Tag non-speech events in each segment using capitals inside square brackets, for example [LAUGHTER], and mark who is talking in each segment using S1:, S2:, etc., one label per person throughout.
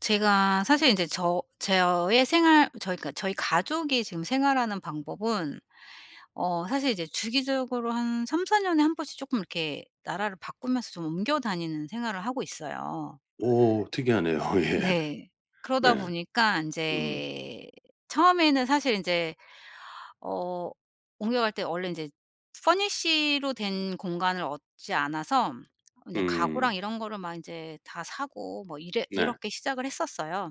S1: 제가 사실 인제 저의 생활 저희 가족이 지금 생활하는 방법은, 사실 이제 주기적으로 한 3-4 년에 한 번씩 쪼끔 이렇게 나라를 바꾸면서 좀 옮겨 다니는 생활을 하고 있어요.
S2: 오 특이하네요. [LAUGHS] 예.
S1: 네. 그러다
S2: 네.
S1: 보니까
S2: 음.
S1: 인제 처음에는 사실 인제 어 옮겨갈 때 원래 인제 퍼니쉬로 된 공간을 얻지 않아서 인제
S2: 음.
S1: 가구랑 이런 거를 막 인제 다 사고, 뭐 이래
S2: 네.
S1: 이렇게 시작을 했었어요.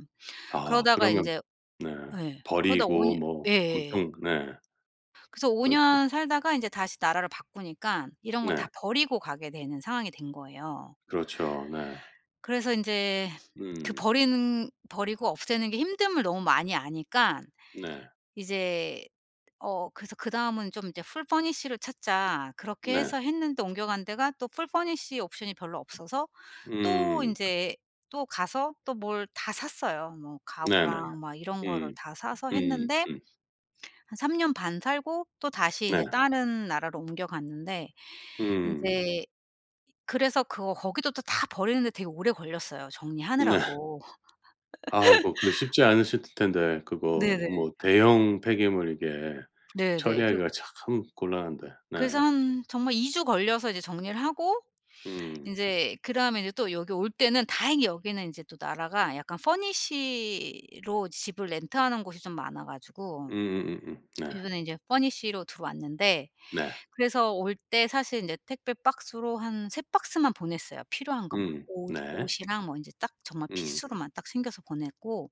S2: 아
S1: 그러다가
S2: 그러면
S1: 인제,
S2: 네.
S1: 예, 그러다 오
S2: 버리고
S1: 년,
S2: 뭐
S1: 예예예.
S2: 엄청 네.
S1: 그래서 5
S2: 그렇죠.
S1: 년 살다가 인제 다시 나라를 바꾸니깐 이런 걸
S2: 네.
S1: 다 버리고 가게 되는 상황이 된 거예요.
S2: 그렇죠. 네.
S1: 그래서 인제 그
S2: 음.
S1: 버리는 버리고 없애는 게 힘듦을 너무 많이 아니깐
S2: 네.
S1: 이제, 그래서 '그다음은 좀 이제 풀 퍼니쉬를 찾자.' 그렇게
S2: 네.
S1: 해서 했는데 옮겨간 데가 또 풀 퍼니쉬 옵션이 별로 없어서 또
S2: 음.
S1: 인제, 또 가서 또 뭘 다 샀어요. 뭐
S2: 네네.
S1: 가구랑 막 이런 거를
S2: 음.
S1: 다 사서
S2: 음.
S1: 했는데
S2: 음.
S1: 한 3년 반 살고 또 다시
S2: 네.
S1: 인제 다른 나라로 옮겨갔는데
S2: 음.
S1: 인제, 그래서 그거 거기도 또 다 버리는데 되게 오래 걸렸어요,
S2: 네.
S1: 정리하느라고.
S2: 아이고 그 쉽지 않으실 텐데 그거
S1: 네네.
S2: 뭐 대형 폐기물 이게
S1: 네네. 그,
S2: 처리하기가 참 곤란한데. 네.
S1: 그래서 한 정말 2주 걸려서 이제 정리를 하고
S2: 음.
S1: 인제 그다음에 이제 또 여기 올 때는 다행히 여기는 인제 또 나라가 약간 furnish로 집을 렌트하는 곳이 좀 많아 가지고
S2: 네.
S1: 이번에 인제 furnish로 들어왔는데,
S2: 네.
S1: 그래서 올 때 사실 인제 택배 박스로 한 3 박스만 보냈어요, 필요한 것만.
S2: 음.
S1: 옷
S2: 네.
S1: 옷이랑 뭐 인제 딱 정말
S2: 음.
S1: 필수로만 딱 챙겨서 보냈고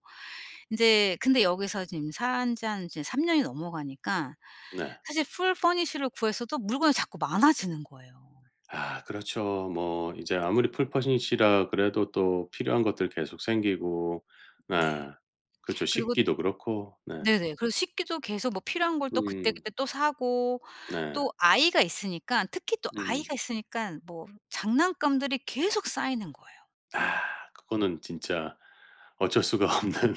S1: 인제. 근데 여기서 지금 산 지 한 이제 3 년이 넘어가니까
S2: 네.
S1: 사실 풀 퍼니쉬를 구했어도 물건이 자꾸 많아지는 거예요.
S2: 아 그렇죠. 뭐 이제 아무리 풀퍼닛이라 그래도 또 필요한 것들 계속 생기고 네.
S1: 네.
S2: 그렇죠.
S1: 그리고,
S2: 식기도 그렇고 네.
S1: 네네, 그리고 식기도 계속 뭐 필요한 걸 또
S2: 음
S1: 그때그때 또 사고,
S2: 네.
S1: 또 아이가 있으니까, 특히 또
S2: 음.
S1: 아이가 있으니깐 뭐 장난감들이 계속 쌓이는 거예요.
S2: 아 그거는 진짜 어쩔 수가 없는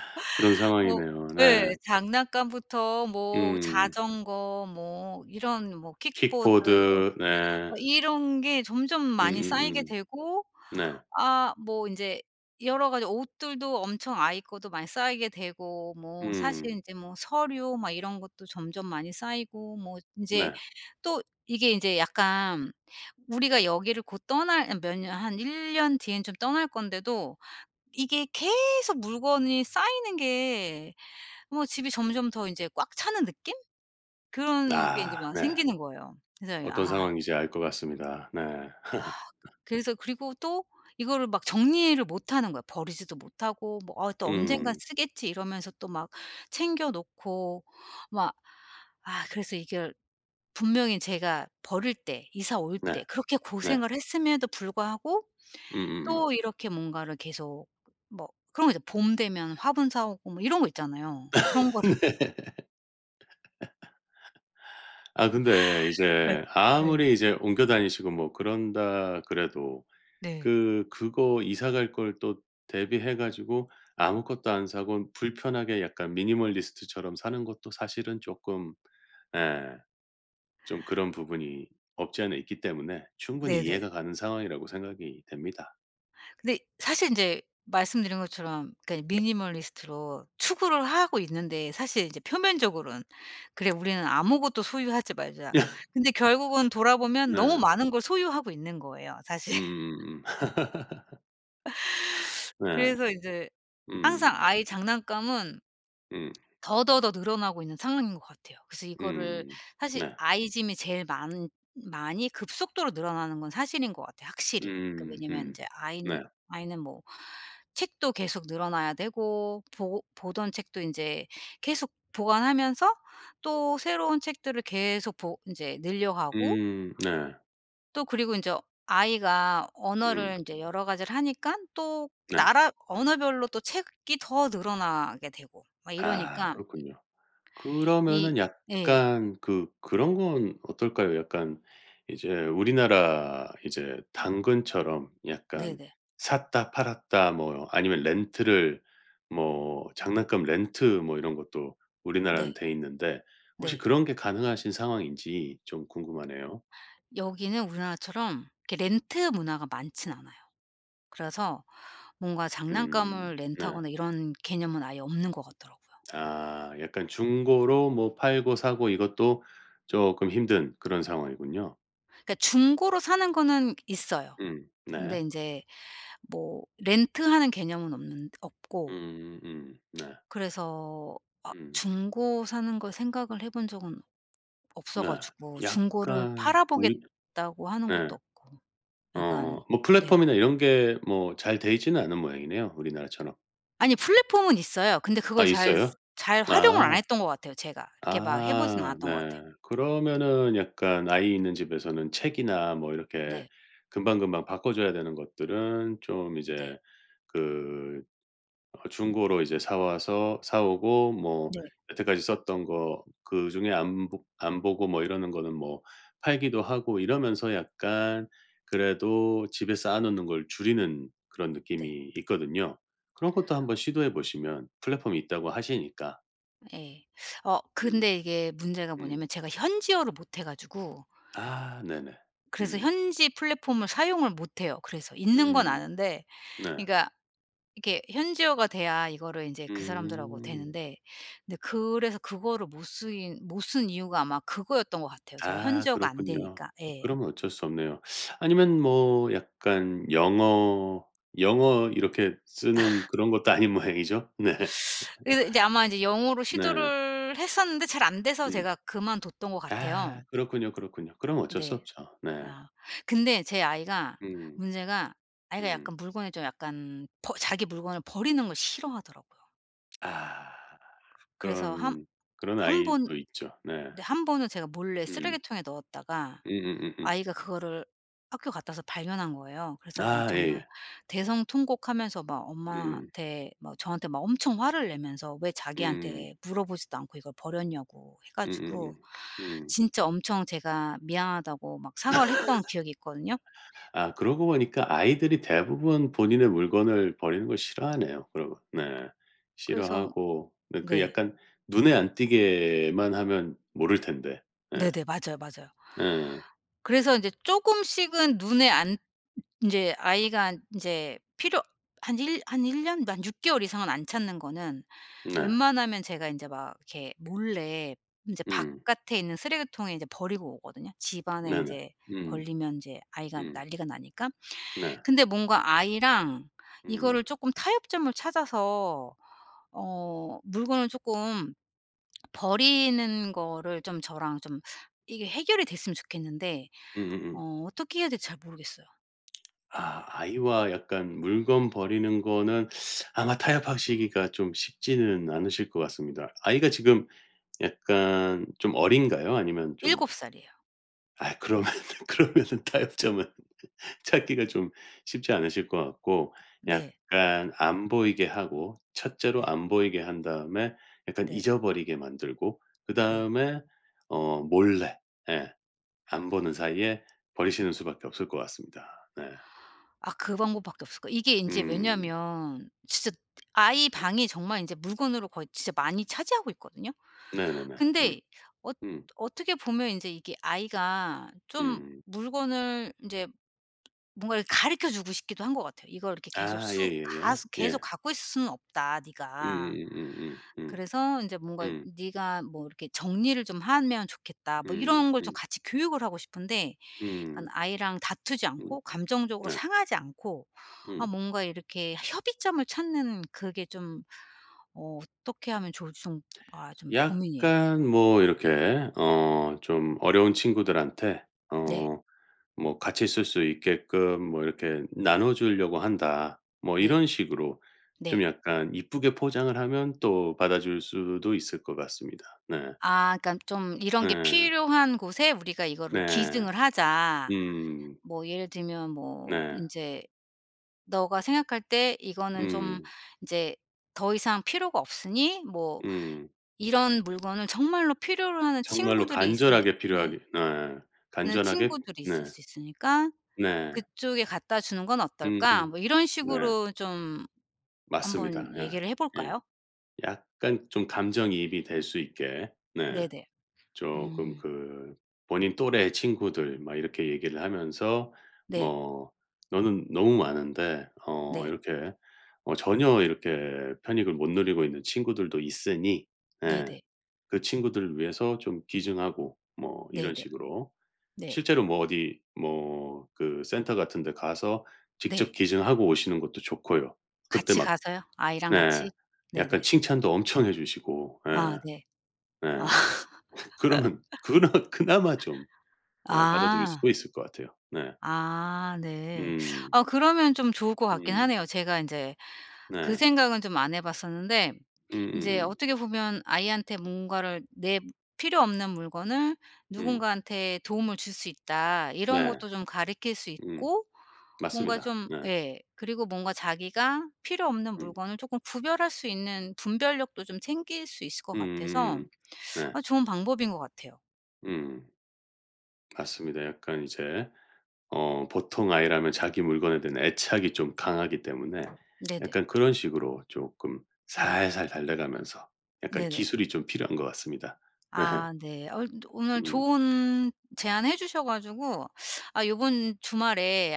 S2: [LAUGHS] 그런
S1: 뭐,
S2: 상황이네요. 네.
S1: 예, 장난감부터 뭐
S2: 음.
S1: 자전거 뭐 이런 뭐 킥보드,
S2: 킥보드 네.
S1: 이런 게 점점 많이 쌓이게
S2: 음음음.
S1: 되고,
S2: 네.
S1: 아 뭐 인제 여러 가지 옷들도 엄청, 아이 거도 많이 쌓이게 되고 뭐 사실
S2: 음.
S1: 인제 뭐 서류 막 이런 것도 점점 많이 쌓이고 뭐 인제
S2: 네.
S1: 또 이게 인제 약간, 우리가 여기를 곧 떠날 한 몇 년, 한 1 년 뒤엔 좀 떠날 건데도 이게 계속 물건이 쌓이는 게, 집이 점점 더 인제 꽉 차는 느낌? 그런 게 인제
S2: 아
S1: 막
S2: 네.
S1: 생기는 거예요. 그래서
S2: 어떤
S1: 아,
S2: 상황인지 알 것 같습니다. 네. [LAUGHS]
S1: 그래서 그리고 또 이거를 막 정리를 못 하는 거야. 버리지도 못하고 뭐 '아 또 언젠간
S2: 음.
S1: 쓰겠지.' 이러면서 또 막 챙겨 놓고 막, 아 그래서 이게 분명히 제가 버릴 때 이사 올
S2: 네.
S1: 때 그렇게
S2: 네.
S1: 고생을 했음에도 불구하고
S2: 음음음.
S1: 또 이렇게 뭔가를 계속, 뭐 그런 거 있잖아요. 봄 되면 화분 사 오고 뭐 이런 거 있잖아요, 그런
S2: [LAUGHS]
S1: 거를.
S2: 네. 아 근데
S1: 예.
S2: 이제
S1: 예.
S2: 아무리 이제 옮겨 다니시고 뭐 그런다 그래도
S1: 네.
S2: 그거 이사 갈 걸 또 대비해 가지고 아무것도 안 사고 불편하게 약간 미니멀리스트처럼 사는 것도 사실은 쪼끔 예 좀 그런 부분이 없지 않아 있기 때문에 충분히
S1: 네네.
S2: 이해가 가는 상황이라고 생각이 됩니다.
S1: 근데 사실 인제 말씀드린 것처럼, 그러니까 미니멀리스트로 추구를 하고 있는데 사실 이제 표면적으로는 '그래 우리는 아무것도 소유하지 말자.'
S2: [LAUGHS]
S1: 근데 결국은 돌아보면 너무
S2: 네.
S1: 많은 걸 소유하고 있는 거예요 사실. [LAUGHS]
S2: 음음음음. 네.
S1: 그래서 이제 항상
S2: 음.
S1: 아이 장난감은
S2: 음.
S1: 더더더 늘어나고 있는 상황인 것 같아요. 그래서 이거를,
S2: 음.
S1: 사실
S2: 네.
S1: 아이 짐이 제일 많 많이 급속도로 늘어나는 건 사실인 것 같아요 확실히. 그,
S2: 음
S1: 왜냐면
S2: 음.
S1: 인제 아인
S2: 네.
S1: 아이는 뭐 책도 계속 늘어나야 되고 보 보던 책도 인제 계속 보관하면서 또 새로운 책들을 계속 보 인제 늘려가고
S2: 네.
S1: 또, 그리고 인제 아이가
S2: 음
S1: 언어를 인제 여러 가지를 하니깐 또
S2: 네.
S1: 나라 언어별로 또 책이 더 늘어나게 되고 막
S2: 아
S1: 이러니까
S2: 그렇군요.
S1: 이,
S2: 그러면은
S1: 예.
S2: 약간 그 그런 건 어떨까요? 약간 이제 우리나라 이제 당근처럼 약간
S1: 네네.
S2: 샀다 팔았다 뭐 아니면 렌트를 뭐 장난감 렌트 뭐 이런 것도
S1: 네.
S2: 우리나라는 돼 있는데 혹시
S1: 네.
S2: 그런 게 가능하신 상황인지 좀 궁금하네요.
S1: 여기는 우리나라처럼 이렇게 렌트 문화가 많진 않아요. 그래서 뭔가
S2: 음
S1: 장난감을
S2: 네.
S1: 렌트하거나 이런 개념은 아예 없는 것 같더라고요.
S2: 아 약간 중고로 뭐 팔고 사고 이것도 조금 힘든 그런 상황이군요.
S1: 그러니까 중고로 사는 거는 있어요. 근데
S2: 네.
S1: 인제 뭐 렌트하는 개념은 없는 없고,
S2: 네.
S1: 그래서 아
S2: 음.
S1: 중고 사는 걸 생각을 해본 적은 없어
S2: 네.
S1: 가지고 중고를
S2: 약간
S1: 팔아
S2: 우리
S1: 보겠다고 하는
S2: 네.
S1: 것도 없고,
S2: 어
S1: 약간.
S2: 뭐
S1: 네네.
S2: 플랫폼이나 이런 게 뭐 잘 돼 있지는 않은 모양이네요, 우리나라처럼.
S1: 아니 플랫폼은 있어요. 근데
S2: 아
S1: 그걸
S2: 있어요?
S1: 잘 활용을 안
S2: 아.
S1: 했던 것 같아요, 제가. 이렇게 막 해 보진
S2: 아
S1: 않았던 것 같아요.
S2: 네. 그러면은 약간 아이 있는 집에서는 책이나 뭐 이렇게
S1: 네.
S2: 금방금방 바꿔 줘야 되는 것들은 좀
S1: 네.
S2: 이제 그 어 중고로 이제 사 오고 뭐
S1: 네.
S2: 여태까지 썼던 거 그중에 안 보고 뭐 이러는 거는 뭐 팔기도 하고 이러면서 약간 그래도 집에 쌓아 놓는 걸 줄이는 그런
S1: 네.
S2: 느낌이 있거든요. 그런 것도 한번 시도해 보시면 플랫폼이 있다고 하시니까.
S1: 예.
S2: 음.
S1: 근데 이게 문제가
S2: 음.
S1: 뭐냐면 제가 현지어를 못해 가지고
S2: 아 네네.
S1: 그래서
S2: 음.
S1: 현지 플랫폼을 사용을 못 해요. 그래서 있는 건
S2: 음.
S1: 아는데,
S2: 네.
S1: 그러니까 이렇게 현지어가 돼야 이거를 인제 그 사람들하고
S2: 음.
S1: 되는데, 근데 그래서 그거를 못 쓴 이유가 아마 그거였던 것 같아요, 제가
S2: 아
S1: 현지어가 안
S2: 그렇군요.
S1: 되니까. 예.
S2: 그러면 어쩔 수 없네요. 아니면 뭐 약간 영어, 영어 이렇게 쓰는 그런 것도 아닌 [LAUGHS] 모양이죠? 네.
S1: 그래서 이제 아마 이제 영어로
S2: 네.
S1: 시도를 했었는데 잘 안 돼서
S2: 음.
S1: 제가 그만뒀던 것 같아요.
S2: 아 그렇군요, 그렇군요. 그럼 어쩔 수
S1: 네.
S2: 없죠. 네.
S1: 아. 근데 제 아이가
S2: 음.
S1: 문제가, 아이가
S2: 음.
S1: 약간 물건에 좀 약간 버 자기 물건을 버리는 걸 싫어하더라고요.
S2: 아
S1: 그래서
S2: 그런 그런
S1: 한 번,
S2: 아이도 있죠. 네.
S1: 네 한 번은 제가 몰래
S2: 음.
S1: 쓰레기통에 넣었다가
S2: 음음음음.
S1: 아이가 그거를 학교 갔다 와서 발견한 거예요. 그래서 막
S2: 아
S1: 정말
S2: 예예.
S1: 대성통곡하면서 막
S2: 음.
S1: 엄마한테 막 저한테 막 엄청 화를 내면서 왜
S2: 음.
S1: 자기한테 물어보지도 않고 이걸 버렸냐고 해 가지고
S2: 음. 음. 음.
S1: 진짜 엄청 제가 미안하다고 막 사과를 했던 기억이 있거든요.
S2: 아 그러고 보니까 아이들이 대부분 본인의 물건을 버리는 걸 싫어하네요 그러면. 네.
S1: 그래서
S2: 싫어하고 네 그
S1: 네.
S2: 약간 눈에 안 띄게만 하면 모를 텐데.
S1: 네네.
S2: 네
S1: 맞아요, 맞아요.
S2: 네
S1: 그래서 이제 조금씩은 눈에 안 이제 아이가 이제 필요 한 일 한 1 년 한 6 개월 이상은 안 찾는 거는
S2: 네.
S1: 웬만하면 제가 인제 막 이렇게 몰래 인제
S2: 음.
S1: 바깥에 있는 쓰레기통에 인제 버리고 오거든요. 집안에
S2: 네네.
S1: 인제
S2: 음.
S1: 걸리면 인제 아이가
S2: 음.
S1: 난리가 나니까.
S2: 네.
S1: 근데 뭔가 아이랑
S2: 음.
S1: 이거를 쪼끔 타협점을 찾아서, 물건을 쪼끔 버리는 거를 좀 저랑 좀 이게 해결이 됐으면 좋겠는데,
S2: 음음음.
S1: 어떻게 해야 될지 잘 모르겠어요.
S2: 아 아이와 약간 물건 버리는 거는 아마 타협하시기가 좀 쉽지는 않으실 것 같습니다. 아이가 지금 약간 좀 어린가요? 아니면 좀
S1: 7 살이에요.
S2: 아 그러면 [LAUGHS] 그러면은 타협점은 찾기가 좀 쉽지 않으실 것 같고
S1: 네.
S2: 약간 안 보이게 하고 첫째로
S1: 네.
S2: 안 보이게 한 다음에 약간
S1: 네.
S2: 잊어버리게 만들고
S1: 네.
S2: 그다음에 어 몰래 예 안 보는 사이에 버리시는 수밖에 없을 것 같습니다. 네.
S1: 아 그 방법밖에 없을 거예요. 이게 인제
S2: 음.
S1: 왜냐면 진짜 아이 방이 정말 인제 물건으로 거의 진짜 많이 차지하고 있거든요.
S2: 네네네. 음.
S1: 근데, 어
S2: 음.
S1: 어떻게 보면 인제 이게 아이가 좀
S2: 음.
S1: 물건을 인제 뭔가 이렇게 가르쳐 주고 싶기도 한 것 같아요. "이걸 이렇게 계속
S2: 아
S1: 수
S2: 예예예.
S1: 가스 계속
S2: 예.
S1: 갖고 있을 수는 없다 네가.
S2: 음음음음음.
S1: 그래서 인제 뭔가
S2: 음.
S1: 네가 뭐 이렇게 정리를 좀 하면 좋겠다."
S2: 음.
S1: 뭐
S2: 음.
S1: 이런 걸
S2: 음.
S1: 좀
S2: 음.
S1: 같이 교육을 하고 싶은데
S2: 음.
S1: 약간 아이랑 다투지
S2: 음, 음.
S1: 않고 감정적으로
S2: 네.
S1: 상하지 않고 아
S2: 음.
S1: 뭔가 이렇게 협의점을 찾는 그게 좀, 어 어떻게 하면 좋을지 좀, 아 좀 고민이에요.
S2: 약간 뭐 이렇게 어 좀 어려운 친구들한테
S1: 네.
S2: 어 뭐 같이 쓸 수 있게끔 뭐 이렇게 나눠 주려고 한다. 뭐
S1: 네.
S2: 이런 식으로 좀
S1: 네.
S2: 약간 이쁘게 포장을 하면 또 받아줄 수도 있을 것 같습니다. 네.
S1: 아 그러니까 좀 이런 게
S2: 네.
S1: 필요한 곳에 우리가 이거를
S2: 네.
S1: 기증을 하자.
S2: 음.
S1: 뭐 예를 들면 뭐
S2: 네.
S1: 이제 "너가 생각할 때 이거는 좀
S2: 음.
S1: 이제 더 이상 필요가 없으니 뭐
S2: 음.
S1: 이런 물건을 정말로 필요로 하는
S2: 정말로
S1: 친구들이 있을",
S2: 간절하게
S1: 예,
S2: 필요하게 네.
S1: 는
S2: 간절하게
S1: 친구들이 있을
S2: 네.
S1: 수 있으니까
S2: 네.
S1: "그쪽에 갖다 주는 건 어떨까?"
S2: 음음.
S1: 뭐 이런
S2: 네.
S1: 식으로 좀 한번
S2: 맞습니다.
S1: 얘기를 해
S2: 예. 예.
S1: 볼까요?
S2: 약간 좀 감정이입이 될 수 있게 네
S1: 네네.
S2: 조금
S1: 음.
S2: 그 본인 또래 친구들 막 이렇게 얘기를 하면서
S1: 네.
S2: 뭐 "너는 너무 많은데 어
S1: 네.
S2: 이렇게 어 전혀 이렇게 편익을 못 누리고 있는 친구들도 있으니 예
S1: 네네.
S2: 그 친구들을 위해서 좀 기증하고." 뭐 이런
S1: 네네.
S2: 식으로
S1: 네.
S2: 실제로 뭐 어디 뭐 그 센터 같은 데 가서 직접
S1: 네.
S2: 기증하고 오시는 것도 좋고요. 그때
S1: 같이
S2: 막
S1: 가서요? 아이랑
S2: 네.
S1: 같이?
S2: 약간
S1: 네네.
S2: 칭찬도 엄청 해 주시고
S1: 아
S2: 예.
S1: 네.
S2: 네.
S1: 아. [LAUGHS]
S2: 그러면 [LAUGHS] 그나마 좀 예 받아들일
S1: 아.
S2: 수도 있을 것 같아요. 네.
S1: 아 네.
S2: 음.
S1: 아 그러면 좀 좋을 것 같긴
S2: 음.
S1: 하네요. 제가 인제 그
S2: 네.
S1: 생각은 좀 안 해 봤었는데 이 제
S2: 음.
S1: 어떻게 보면 아이한테 뭔가를 내, 필요 없는 물건을
S2: 음, 음.
S1: 누군가한테 도움을 줄 수 있다 이런
S2: 네.
S1: 것도 좀 가르킬수
S2: 음.
S1: 있고, 뭔가
S2: 맞습니다.
S1: 좀
S2: 네.
S1: 예 그리고 뭔가 자기가 필요 없는
S2: 음.
S1: 물건을 쪼끔 구별할 수 있는 분별력도 좀 생길 수 있을 것 같아서
S2: 음음음. 네.
S1: 아 좋은 방법인 것 같아요.
S2: 음. 맞습니다. 약간 이제 어 보통 아이라면 자기 물건에 대한 애착이 좀 강하기 때문에
S1: 네네.
S2: 약간 그런 식으로 조금 살살 달래가면서 약간
S1: 네네.
S2: 기술이 좀 필요한 것 같습니다. 네.
S1: 아 네. 오늘
S2: 음.
S1: 좋은 제안해 주셔 가지고 아 요번 주말에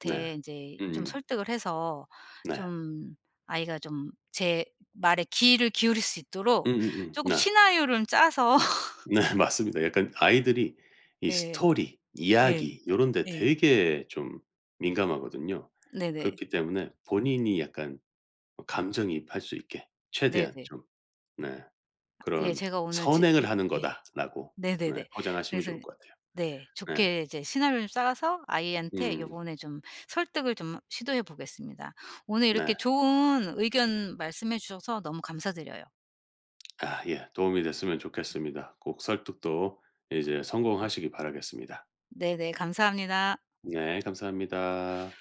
S2: 네.
S1: 인제 좀
S2: 음
S1: 설득을 해서
S2: 네.
S1: 좀, 아이가 좀 제 말에 귀를 기울일 수 있도록 쪼끔
S2: 네.
S1: 시나리오를 짜서 [LAUGHS]
S2: 네 [LAUGHS] 맞습니다. 약간 아이들이 이
S1: 예.
S2: 스토리,
S1: 예.
S2: 이야기 요런 데
S1: 예.
S2: 되게 좀 민감하거든요.
S1: 네네.
S2: 그렇기 때문에 본인이 약간 어 감정이입할 수 있게 최대한
S1: 네네.
S2: 좀 네
S1: 예
S2: 그런
S1: 제가 오늘 제 요,
S2: '선행을 하는
S1: 예.
S2: 거다.'라고 네
S1: 네네네.
S2: 포장하시면
S1: 그래서
S2: 좋을 것 같아요.
S1: 네.
S2: 네.
S1: 좋게 이제 시나리오를 짜서 아이한테
S2: 음.
S1: 요번에 좀 설득을 좀 시도해 보겠습니다. 오늘 이렇게
S2: 네.
S1: 좋은 의견 말씀해 주셔서 너무 감사드려요.
S2: 아 예. 도움이 됐으면 좋겠습니다. 꼭 설득도 이제 성공하시기 바라겠습니다.
S1: 네네. 감사합니다.
S2: 네 감사합니다.